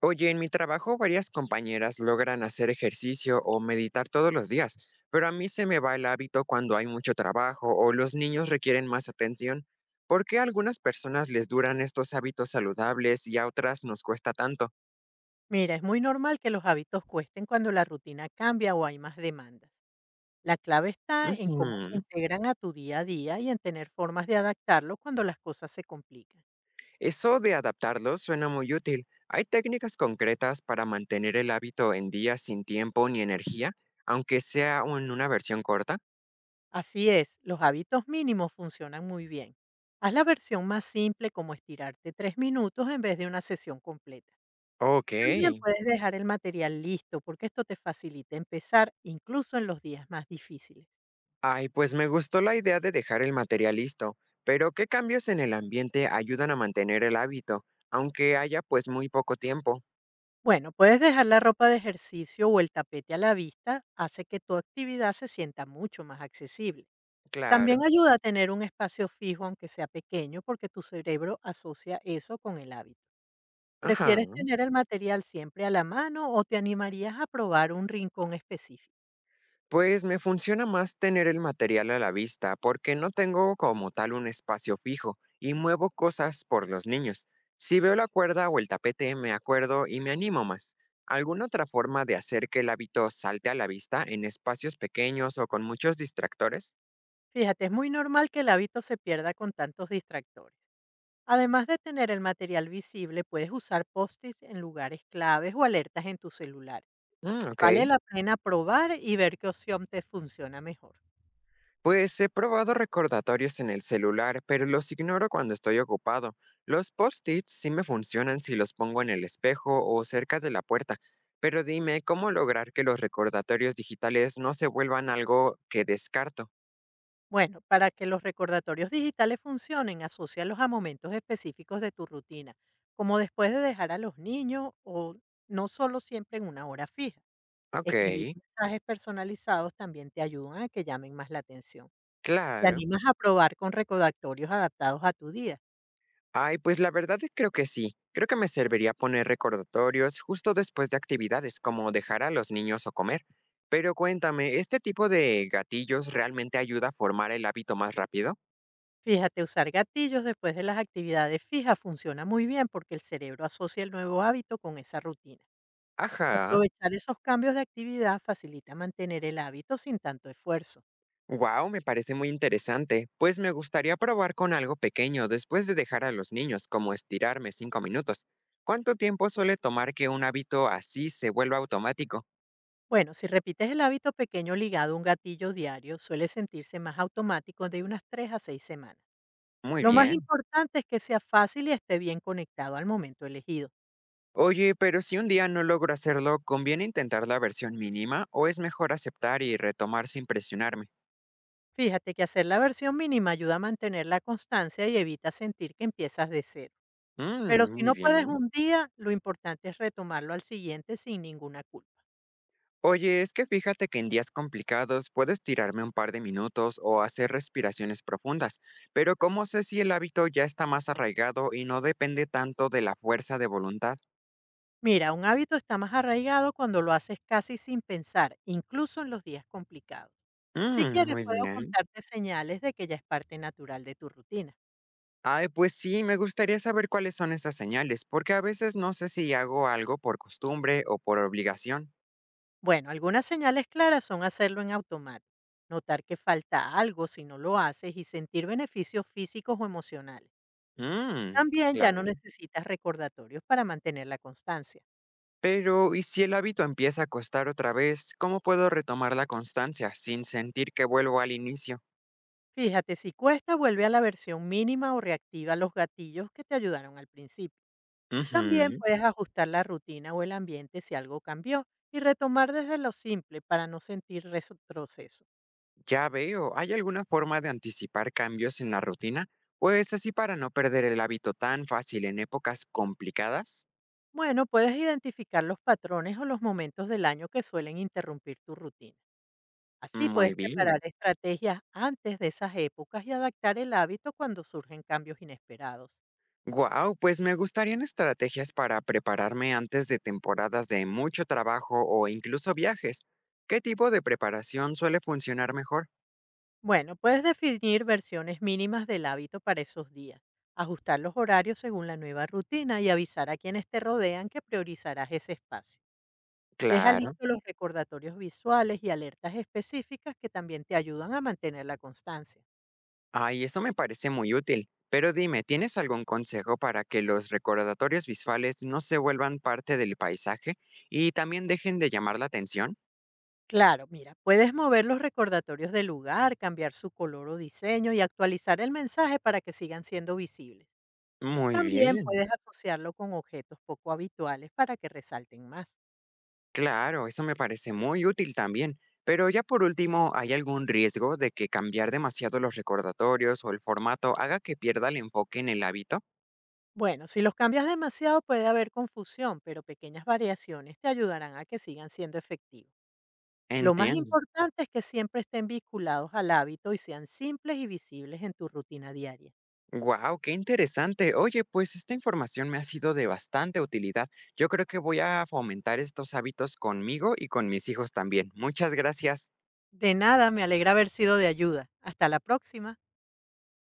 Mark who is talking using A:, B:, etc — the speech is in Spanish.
A: Oye, en mi trabajo varias compañeras logran hacer ejercicio o meditar todos los días, pero a mí se me va el hábito cuando hay mucho trabajo o los niños requieren más atención. ¿Por qué a algunas personas les duran estos hábitos saludables y a otras nos cuesta tanto?
B: Mira, es muy normal que los hábitos cuesten cuando la rutina cambia o hay más demandas. La clave está en cómo se
A: Ujú.
B: integran a tu día a día y en tener formas de adaptarlo cuando las cosas se complican.
A: Eso de adaptarlos suena muy útil. ¿Hay técnicas concretas para mantener el hábito en días sin tiempo ni energía, aunque sea en una versión corta?
B: Así es, los hábitos mínimos funcionan muy bien. Haz la versión más simple como estirarte 3 minutos en vez de una sesión completa.
A: Ok.
B: También puedes dejar el material listo porque esto te facilita empezar incluso en los días más difíciles.
A: Ay, pues me gustó la idea de dejar el material listo, pero ¿qué cambios en el ambiente ayudan a mantener el hábito, aunque haya muy poco tiempo?
B: Bueno, puedes dejar la ropa de ejercicio o el tapete a la vista, hace que tu actividad se sienta mucho más accesible. También
A: Claro.
B: ayuda a tener un espacio fijo, aunque sea pequeño, porque tu cerebro asocia eso con el hábito.
A: Ajá.
B: ¿Prefieres tener el material siempre a la mano o te animarías a probar un rincón específico?
A: Pues me funciona más tener el material a la vista, porque no tengo como tal un espacio fijo y muevo cosas por los niños. Si veo la cuerda o el tapete, me acuerdo y me animo más. ¿Alguna otra forma de hacer que el hábito salte a la vista en espacios pequeños o con muchos distractores?
B: Fíjate, es muy normal que el hábito se pierda con tantos distractores. Además de tener el material visible, puedes usar post-its en lugares claves o alertas en tu celular.
A: Mm, ok.
B: Vale la pena probar y ver qué opción te funciona mejor.
A: Pues he probado recordatorios en el celular, pero los ignoro cuando estoy ocupado. Los post-its sí me funcionan si los pongo en el espejo o cerca de la puerta, pero dime, ¿cómo lograr que los recordatorios digitales no se vuelvan algo que descarto?
B: Bueno, para que los recordatorios digitales funcionen, asócialos a momentos específicos de tu rutina, como después de dejar a los niños o no solo siempre en una hora fija.
A: Ok,
B: Escribir mensajes personalizados también te ayudan a que llamen más la atención. Te
A: claro.
B: animas a probar con recordatorios adaptados a tu día.
A: Ay, pues la verdad es creo que sí. Creo que me serviría poner recordatorios justo después de actividades como dejar a los niños o comer. Pero cuéntame, ¿este tipo de gatillos realmente ayuda a formar el hábito más rápido?
B: Fíjate, usar gatillos después de las actividades fijas funciona muy bien porque el cerebro asocia el nuevo hábito con esa rutina.
A: Ajá.
B: Aprovechar esos cambios de actividad facilita mantener el hábito sin tanto esfuerzo.
A: Wow, me parece muy interesante, pues me gustaría probar con algo pequeño después de dejar a los niños, como estirarme 5 minutos. ¿Cuánto tiempo suele tomar que un hábito así se vuelva automático?
B: Bueno, si repites el hábito pequeño ligado a un gatillo diario, suele sentirse más automático de unas 3 a 6 semanas.
A: Muy
B: Lo más
A: bien.
B: importante es que sea fácil y esté bien conectado al momento elegido.
A: Oye, pero si un día no logro hacerlo, ¿conviene intentar la versión mínima o es mejor aceptar y retomar sin presionarme?
B: Fíjate que hacer la versión mínima ayuda a mantener la constancia y evita sentir que empiezas de cero. Pero
A: Mm,
B: si
A: muy
B: no puedes
A: bien.
B: un día, lo importante es retomarlo al siguiente sin ninguna culpa.
A: Oye, es que fíjate que en días complicados puedo estirarme un par de minutos o hacer respiraciones profundas, pero ¿cómo sé si el hábito ya está más arraigado y no depende tanto de la fuerza de voluntad?
B: Mira, un hábito está más arraigado cuando lo haces casi sin pensar, incluso en los días complicados. Si
A: Mm,
B: quieres,
A: muy
B: puedo
A: bien.
B: contarte señales de que ya es parte natural de tu rutina.
A: Ay, pues sí, me gustaría saber cuáles son esas señales, porque a veces no sé si hago algo por costumbre o por obligación.
B: Bueno, algunas señales claras son hacerlo en automático, notar que falta algo si no lo haces y sentir beneficios físicos o emocionales.
A: Mm,
B: También ya no
A: claro.
B: necesitas recordatorios para mantener la constancia.
A: Pero, ¿y si el hábito empieza a costar otra vez? ¿Cómo puedo retomar la constancia sin sentir que vuelvo al inicio?
B: Fíjate, si cuesta, vuelve a la versión mínima o reactiva los gatillos que te ayudaron al principio. También
A: Ujú.
B: puedes ajustar la rutina o el ambiente si algo cambió y retomar desde lo simple para no sentir retroceso.
A: Ya veo, ¿hay alguna forma de anticipar cambios en la rutina? Pues así para no perder el hábito tan fácil en épocas complicadas.
B: Bueno, puedes identificar los patrones o los momentos del año que suelen interrumpir tu rutina. Así
A: Muy
B: puedes preparar
A: bien.
B: estrategias antes de esas épocas y adaptar el hábito cuando surgen cambios inesperados.
A: Wow, pues me gustarían estrategias para prepararme antes de temporadas de mucho trabajo o incluso viajes. ¿Qué tipo de preparación suele funcionar mejor?
B: Bueno, puedes definir versiones mínimas del hábito para esos días, ajustar los horarios según la nueva rutina y avisar a quienes te rodean que priorizarás ese espacio. Deja
A: Claro.
B: listos los recordatorios visuales y alertas específicas que también te ayudan a mantener la constancia.
A: Ay, eso me parece muy útil. Pero dime, ¿tienes algún consejo para que los recordatorios visuales no se vuelvan parte del paisaje y también dejen de llamar la atención?
B: Claro, mira, puedes mover los recordatorios de lugar, cambiar su color o diseño y actualizar el mensaje para que sigan siendo visibles.
A: Muy
B: También
A: bien,
B: puedes asociarlo con objetos poco habituales para que resalten más.
A: claro, eso me parece muy útil también. Pero ya por último, ¿hay algún riesgo de que cambiar demasiado los recordatorios o el formato haga que pierda el enfoque en el hábito?
B: Bueno, si los cambias demasiado puede haber confusión, pero pequeñas variaciones te ayudarán a que sigan siendo efectivos. Lo más
A: Entiendo.
B: importante es que siempre estén vinculados al hábito y sean simples y visibles en tu rutina diaria.
A: Wow, qué interesante. Oye, pues esta información me ha sido de bastante utilidad. Yo creo que voy a fomentar estos hábitos conmigo y con mis hijos también. Muchas gracias.
B: De nada, me alegra haber sido de ayuda. Hasta la próxima.